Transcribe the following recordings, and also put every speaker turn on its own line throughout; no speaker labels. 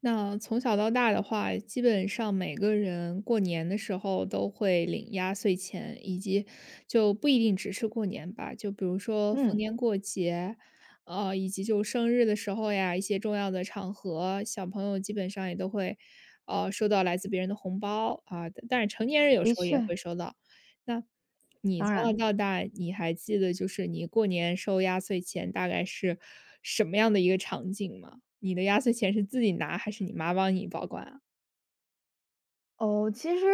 那从小到大的话，基本上每个人过年的时候都会领压岁钱，以及就不一定只是过年吧，就比如说逢
嗯，
年过节，以及就生日的时候呀，一些重要的场合，小朋友基本上也都会，收到来自别人的红包啊，但是成年人有时
的
候也
确，
会收到。那你
当
从小
然。
到大，你还记得就是你过年收压岁钱大概是什么样的一个场景吗？你的压岁钱是自己拿还是你妈帮你保管啊？
哦，其实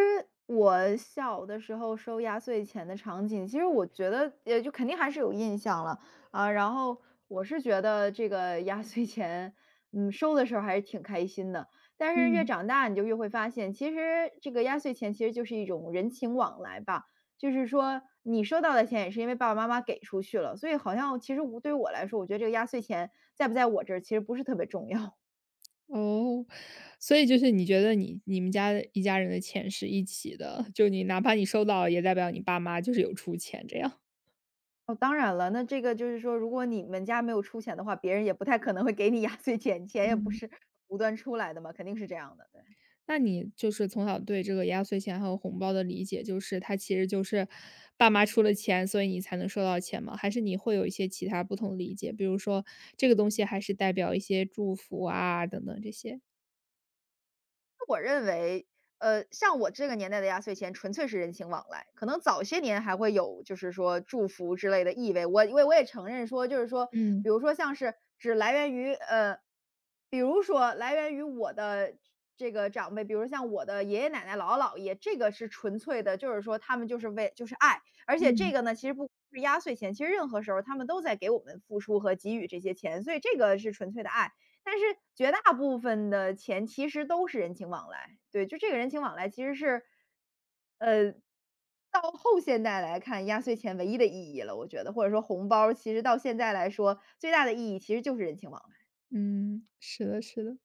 我小的时候收压岁钱的场景，其实我觉得也就肯定还是有印象了啊。然后我是觉得这个压岁钱，收的时候还是挺开心的。但是越
嗯。
长大，你就越会发现，其实这个压岁钱其实就是一种人情往来吧。就是说，你收到的钱也是因为爸爸妈妈给出去了，所以好像其实无对于我来说，我觉得这个压岁钱在不在我这儿其实不是特别重要。
哦，所以就是你觉得你们家的一家人的钱是一起的，就你哪怕你收到也代表你爸妈就是有出钱这样。
哦，当然了，那这个就是说，如果你们家没有出钱的话，别人也不太可能会给你压岁钱，钱也不是
嗯。
无端出来的嘛，肯定是这样的，对。
那你就是从小对这个压岁钱还有红包的理解，就是它其实就是爸妈出了钱，所以你才能收到钱吗？还是你会有一些其他不同的理解，比如说这个东西还是代表一些祝福啊等等这些？
我认为，像我这个年代的压岁钱纯粹是人情往来，可能早些年还会有就是说祝福之类的意味。我因为我也承认说，就是说，
嗯，
比如说像是只来源于比如说来源于我的这个长辈，比如像我的爷爷奶奶、姥姥姥爷，这个是纯粹的，就是说他们就是为就是爱，而且这
嗯。
个呢，其实不。是压岁钱，其实任何时候他们都在给我们付出和给予这些钱，所以这个是纯粹的爱。但是绝大部分的钱其实都是人情往来，对，就这个人情往来其实是，呃，到后现代来看，压岁钱唯一的意义了，我觉得，或者说红包儿其实到现在来说，最大的意义其实就是人情往来。
嗯，是的是的。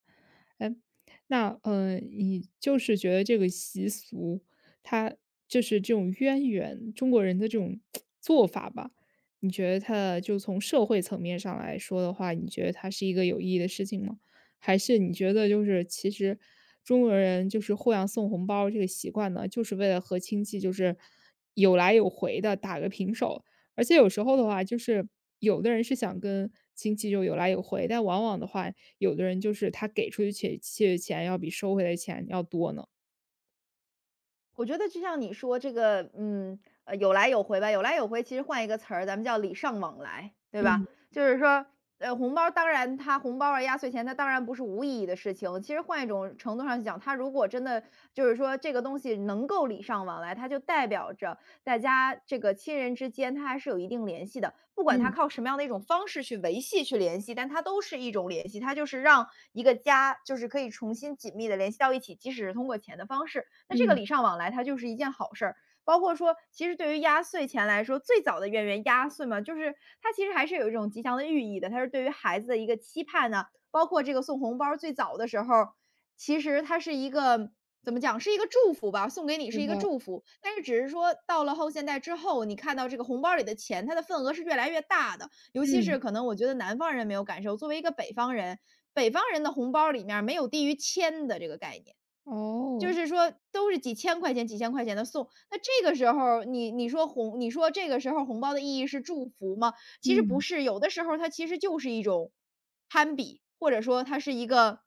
那你就是觉得这个习俗，它就是这种渊源，中国人的这种做法吧，你觉得它就从社会层面上来说的话，你觉得它是一个有意义的事情吗？还是你觉得就是其实中国人就是互相送红包这个习惯呢，就是为了和亲戚就是有来有回的打个平手，而且有时候的话，就是有的人是想跟亲戚就有来有回，但往往的话，有的人就是他给出去钱去的钱要比收回来的钱要多呢。
我觉得就像你说这个，有来有回吧，有来有回，其实换一个词儿，咱们叫礼尚往来，对吧？
嗯
就是说，红包当然它红包啊、压岁钱，它当然不是无意义的事情。其实换一种程度上去讲，它如果真的就是说这个东西能够礼尚往来，它就代表着大家这个亲人之间，它还是有一定联系的。不管它
嗯
靠什么样的一种方式去维系、去联系，但它都是一种联系。它就是让一个家，就是可以重新紧密的联系到一起，即使是通过钱的方式。那这个
嗯，
礼尚往来，它就是一件好事儿。包括说，其实对于压岁钱来说，最早的渊源压岁嘛，就是它其实还是有一种吉祥的寓意的，它是对于孩子的一个期盼呢。包括这个送红包最早的时候，其实它是一个怎么讲，是一个祝福吧，送给你
是
是一
的，
个祝福。但是只是说到了后现代之后，你看到这个红包里的钱，它的份额是越来越大的。尤其
嗯，
是可能我觉得南方人没有感受，作为一个北方人，北方人的红包里面儿没有低于千的这个概念。
哦，
就是说都是几千块钱、几千块钱的送，那这个时候儿你说红你说这个时候儿红包的意义是祝福吗？其实不
嗯
是，有的时候儿它其实就是一种攀比，或者说它是一个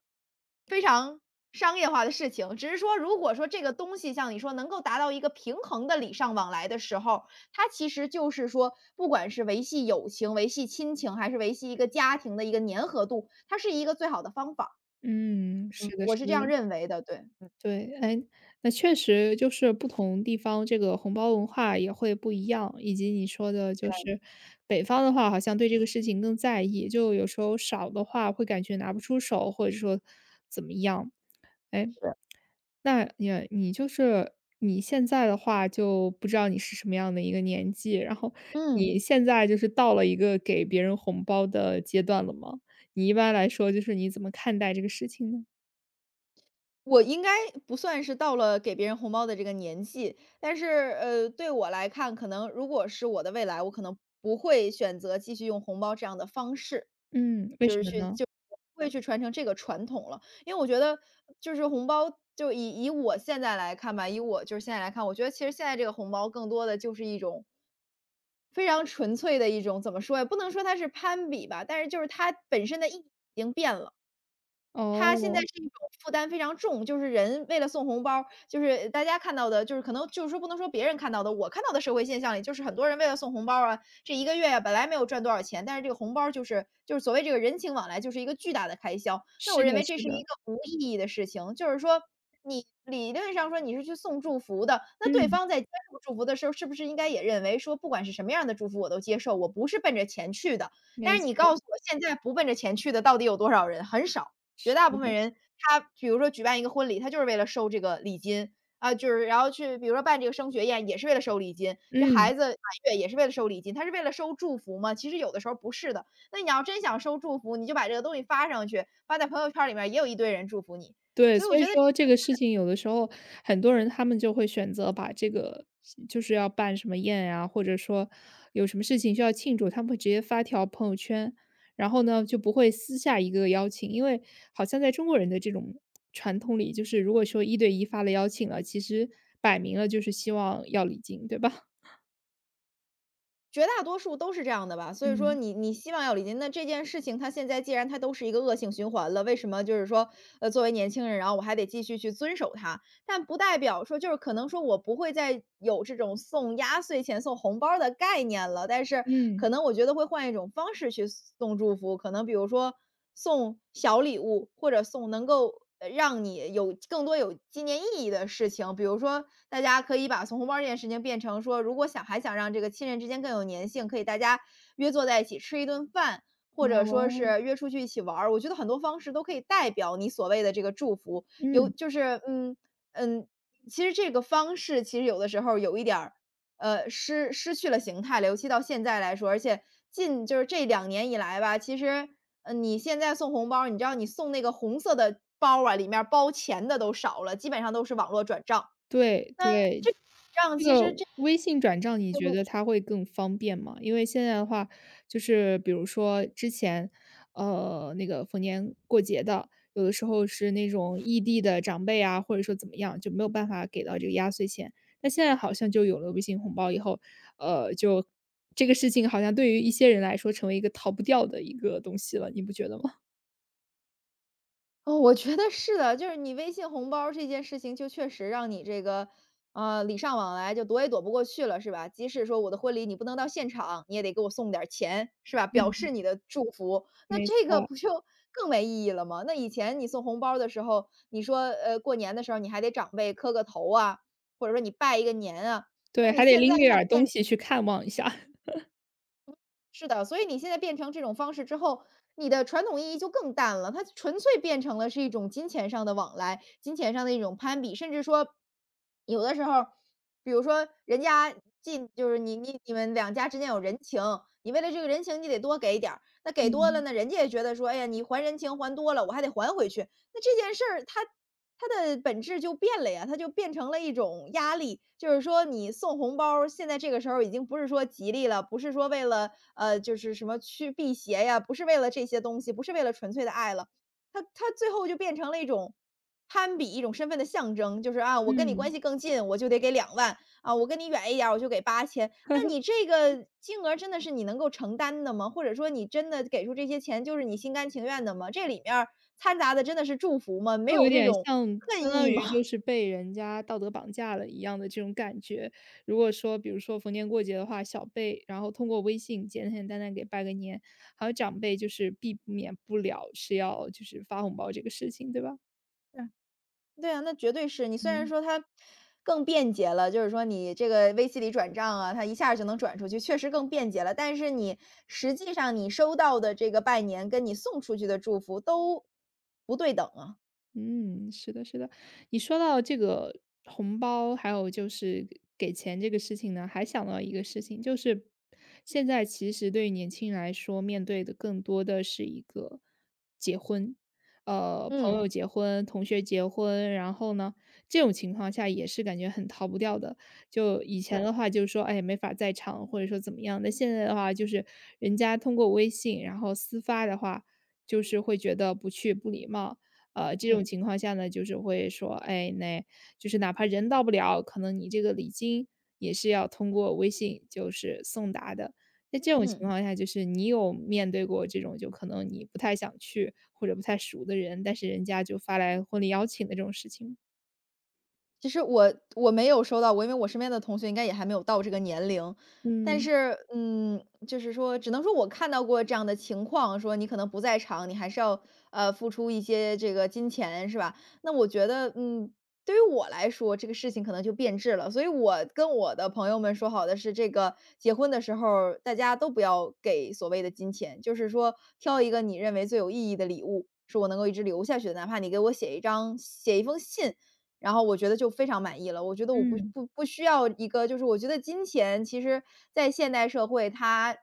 非常商业化的事情。只是说如果说这个东西像你说能够达到一个平衡的礼尚往来的时候，它其实就是说不管是维系友情、维系亲情，还是维系一个家庭的一个粘合度，它是一个最好的方法。
嗯，
嗯，
是的
我
是
是
的，
这样认为的，对，嗯，
对，哎，那确实就是不同地方这个红包文化也会不一样，以及你说的就
对。
是北方的话，好像对这个事情更在意，就有时候少的话会感觉拿不出手，或者说怎么样，哎。
是。
那你就是你现在的话，就不知道你是什么样的一个年纪，然后
嗯。
你现在就是到了一个给别人红包的阶段了吗？你一般来说就是你怎么看待这个事情呢？
我应该不算是到了给别人红包的这个年纪，但是，对我来看，可能如果是我的未来，我可能不会选择继续用红包这样的方式，
嗯，为
就
什
是
么
去
呢？
就不会去传承这个传统了。因为我觉得就是红包就以我现在来看吧，以我就是现在来看，我觉得其实现在这个红包更多的就是一种非常纯粹的一种，怎么说呀，不能说它是攀比吧，但是就是它本身的意义已经变了。它现在
哦，
是一种负担非常重，就是人为了送红包儿，就是大家看到的，就是可能就是说不能说别人看到的，我看到的社会现象里，就是很多人为了送红包儿啊，这一个月呀，本来没有赚多少钱，但是这个红包儿就是所谓这个人情往来，就是一个巨大的开销。那我
是的
认为这
是
是一
的，
个无意义的事情，就是说你理论上说你是去送祝福的，那对
嗯，
方在接受祝福的时候，是不是应该也认为说，不管是什么样的祝福我都接受，我不是奔着钱去的。但
没
是你
错，
告诉我，现在不奔着钱去的到底有多少人？很少。绝
是
大部分
的，
人，他比如说举办一个婚礼，他就是为了收这个礼金，啊，就是然后去比如说办这个升学宴也是为了收礼金，这
嗯。
孩子满月也是为了收礼金，他是为了收祝福吗？其实有的时候不是的，那你要真想收祝福，你就把这个东西发上去，发在朋友圈里面也有一堆人祝福你。
对，
所以我
所以
觉得
说这个事情有的时候很多人他们就会选择把这个就是要办什么宴呀，或者说有什么事情需要庆祝，他们会直接发条朋友圈，然后呢，就不会私下一个邀请。因为好像在中国人的这种传统里，就是如果说一对一发了邀请了，其实摆明了就是希望要礼金，对吧？
绝大多数都是这样的吧，所以说
嗯，
你希望要礼金，那这件事情它现在既然它都是一个恶性循环了，为什么就是说，作为年轻人，然后我还得继续去遵守它？但不代表说就是可能说我不会再有这种送压岁钱、送红包儿的概念了，但是
嗯，
可能我觉得会换一种方式去送祝福，可能比如说送小礼物，或者送能够让你有更多有纪念意义的事情，比如说大家可以把送红包这件事情变成说，如果想还想让这个亲人之间更有粘性，可以大家约坐在一起吃一顿饭。或者说是
哦，
约出去一起玩儿，我觉得很多方式都可以代表你所谓的这个祝福，有
嗯，
就是嗯，嗯，其实这个方式其实有的时候有一点儿，失去了形态了，尤其到现在来说，而且近就是这两年以来吧，其实，你现在送红包儿，你知道你送那个红色的包儿啊，里面儿包钱的都少了，基本上都是网络转账。
对对。
这样
这
其
个
实这
微信转账你觉
就
得它会更方便吗？因为现在的话，就是比如说之前，那个逢年过节的，有的时候是那种异地的长辈啊，或者说怎么样，就没有办法给到这个压岁钱。那现在好像就有了微信红包以后，就这个事情好像对于一些人来说成为一个逃不掉的一个东西了，你不觉得吗？
哦，我觉得是的，就是你微信红包儿这件事情，就确实让你这个，礼尚往来，就躲也躲不过去了，是吧？即使说我的婚礼你不能到现场，你也得给我送点儿钱，是吧？表
嗯。
示你的祝福，那
没
这个
错，
不就 更没意义了吗？那以前你送红包儿的时候，你说，过年的时候你还得长辈磕个头啊，或者说你拜一个年啊，那
对，
你
还得
现
拎
在
着点
它
儿东
变
西去看望一下。
是的，所以你现在变成这种方式之后，你的传统意义就更淡了，它纯粹变成了是一种金钱上的往来，金钱上的一种攀比，甚至说有的时候，比如说人家就是你们两家之间有人情，你为了这个人情你得多给点儿，那给多了
嗯，
呢，人家也觉得说，哎呀，你还人情还多了，我还得还回去，那这件事儿它的本质就变了呀，它就变成了一种压力。就是说你送红包儿现在这个时候已经不是说吉利了，不是说为了就是什么去辟邪呀，不是为了这些东西，不是为了纯粹的爱了，它最后就变成了一种攀比，一种身份的象征。就是啊，我跟你
嗯。
关系更近，我就得给2万啊，我跟你远一点儿，我就给八千。那你这个金额真的是你能够承担的吗？或者说你真的给出这些钱就是你心甘情愿的吗？这里面儿掺杂的真的是祝福吗？没
就有
有这
点
种
像相
恨
当
意
于
吗？
就 是被人家道德绑架了一样的这种感觉。如果说比如说逢年过节的话，小辈然后通过微信简简单单给拜个年，还有长辈就是避免不了是要就是发红包这个事情，对吧？
嗯对啊，那绝对是。你虽然
嗯。
说它更便捷了，就是说你这个微信里转账啊，它一下就能转出去，确实更便捷了。但是你实际上你收到的这个拜年，跟你送出去的祝福都不对等啊。
嗯，是的，是的。你说到这个红包，还有就是给钱这个事情呢，还想到一个事情，就是现在其实对于年轻人来说，面对的更多的是一个结婚，朋
嗯，
友结婚、同学结婚，然后呢，这种情况下也是感觉很逃不掉的。就以前
是。
的话，就是说，哎，没法在场，或者说怎么样。那现在的话，就是人家通过微信，然后私发的话，就是会觉得不去不礼貌。这种
嗯，
情况下呢，就是会说，哎，那就是哪怕人到不了，可能你这个礼金也是要通过微信就是送达的。在这种情
嗯。
况下，就是你有面对过这种就可能你不太想去或者不太熟的人，但是人家就发来婚礼邀请的这种事情吗？
其实我没有收到过，因为我身边的同学应该也还没有到这个年龄。但
嗯
是，就是说，只能说我看到过这样的情况，说你可能不在场，你还是要付出一些这个金钱，是吧？那我觉得，对于我来说，这个事情可能就变质了。所以我跟我的朋友们说好的是，这个结婚的时候大家都不要给所谓的金钱，就是说挑一个你认为最有意义的礼物，是我能够一直留下去的，哪怕你给我写一封信，然后我觉得就非常满意了。我觉得我不
嗯
不不需要一个就是我觉得金钱其实在现代社会它，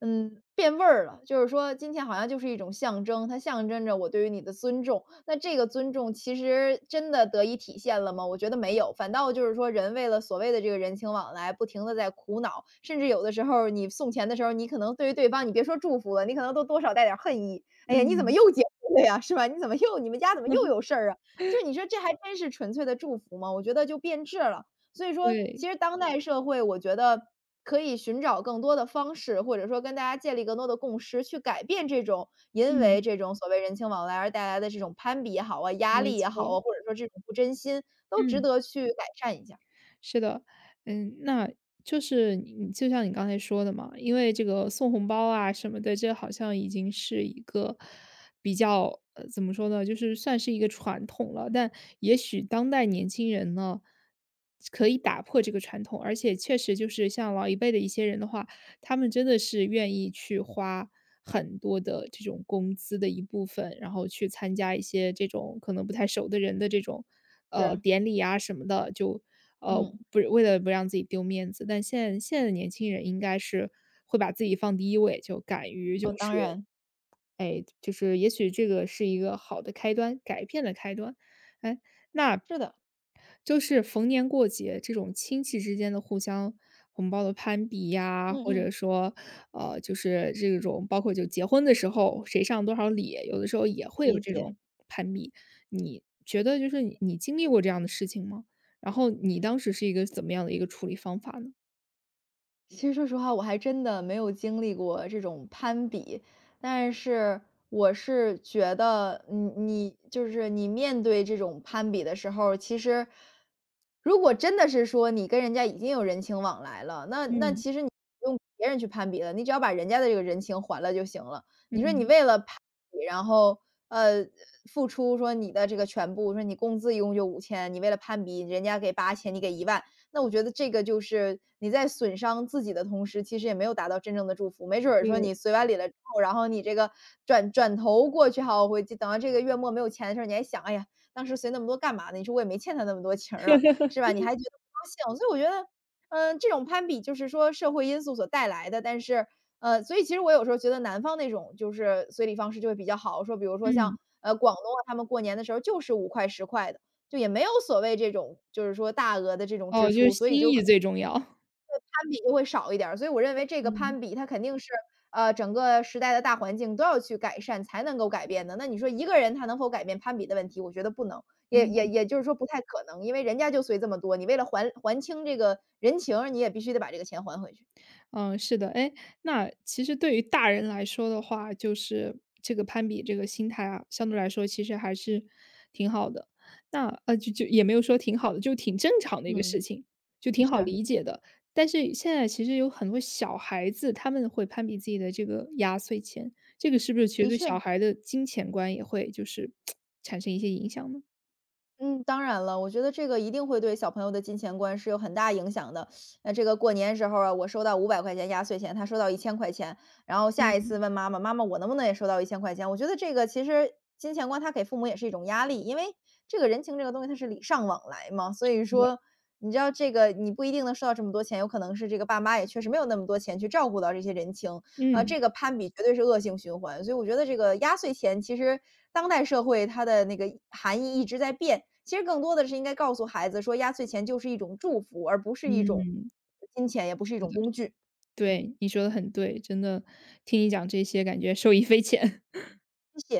变味儿了。就是说金钱好像就是一种象征，它象征着我对于你的尊重。那这个尊重其实真的得以体现了吗？我觉得没有，反倒就是说人为了所谓的这个人情往来，不停的在苦恼，甚至有的时候你送钱的时候你可能对于对方你别说祝福了，你可能都多少带点儿恨意。哎呀，你怎么
嗯，
又结婚了呀，是吧？你怎么又你们家怎么又 有事儿啊？就你说这还真是纯粹的祝福吗？我觉得就变质了。所以说，
对，
其实当代社会，我觉得可以寻找更多的方式，或者说跟大家建立更多的共识，去改变这种因
嗯，
为这种所谓人情往来而带来的这种攀比也好啊、压
没
力也好
错，
啊，或者说这种不真心，都值
嗯。
得去改善一下。
是的，嗯，那就是你就像你刚才说的嘛，因为这个送红包啊什么的，这好像已经是一个比较怎么说呢，就是算是一个传统了。但也许当代年轻人呢，可以打破这个传统，而且确实就是像老一辈的一些人的话，他们真的是愿意去花很多的这种工资的一部分，然后去参加一些这种可能不太熟的人的这种，
是，
典礼啊什么的，就呃，
嗯，
不是为了不让自己丢面子。但现在的年轻人应该是会把自己放第一位，就敢于就
哦，当
是，
然，
哎，就是也许这个是一个好的开端，改变的开端。哎，那
是的，
就是逢年过节这种亲戚之间的互相红包的攀比呀，
嗯
或者
嗯，
说，就是这种包括就结婚的时候谁上多少礼，有的时候也会有
理
这种
解。
攀比。你觉得就是你经历过这样的事情吗？然后你当时是一个怎么样的一个处理方法呢？
其实说实话，我还真的没有经历过这种攀比，但是我是觉得你就是你面对这种攀比的时候，其实如果真的是说你跟人家已经有人情往来了，那
嗯，
其实你不用别人去攀比了，你只要把人家的这个人情还了就行了。
嗯，
你说你
嗯
为了攀比，然后呃付出说你的这个全部，说你工资一共就5000，你为了攀比人家给八千，你给1万。那我觉得这个就是你在损伤自己的同时，其实也没有达到真正的祝福。没准儿说
对，
你随完礼了之后，然后你这个转转头过去好，回去等到这个月末没有钱的时候，你还想，哎呀，当时随那么多干嘛呢？你说我也没欠他那么多情儿啊，是吧？你还觉得不高兴，所以我觉得，这种攀比就是说社会因素所带来的，但是，所以其实我有时候觉得南方那种就是随礼方式就会比较好，说比如说像
嗯。
广东啊，他们过年的时候就是5块10块的。就也没有所谓这种就是说大额的这种
哦，
支
就是
出，所以
心意最重要。
攀比就会少一点儿。所以我认为这个
嗯。
攀比它肯定是，整个时代的大环境都要去改善才能够改变的。那你说一个人他能否改变攀比的问题，我觉得不能，也也
嗯。
也就是说不太可能，因为人家就随这么多，你为了还清这个人情儿你也必须得把这个钱还回去。
嗯，是的。哎，那其实对于大人来说的话，就是这个攀比这个心态啊，相对来说其实还是挺好的。那就也没有说挺好的，就挺正常的一个事
嗯，
情，就挺好
是，
理解的。但是现在其实有很多小孩子，他们会攀比自己的这个压岁钱，这个是不是其实
的
对小
确。
孩的金钱观也会就是，
嗯，当然了，我觉得这个一定会对小朋友的金钱观是有很大影响的。那这个过年时候啊，我收到500块钱压岁钱，他收到一千块钱，然后下一
嗯，
次问妈妈，妈妈我能不能也收到一千块钱？我觉得这个其实金钱观它给父母也是一种压力，因为这个人情这个东西它是礼尚往来嘛，所以
对，
说你知道这个你不一定能收到这么多钱，有可能是这个爸妈也确实没有那么多钱去照顾到这些人情，
嗯，
这个攀比绝对是恶性循环，所以我觉得这个压岁钱其实当代社会它的那个含义一直在变，其实更多的是应该告诉孩子说，压岁钱就是一种祝福，而不是一种
嗯，
金钱，也不是一
是
种
的，
工具。
对，你说的很对，真的听你讲这些，感觉受益匪浅。
谢谢。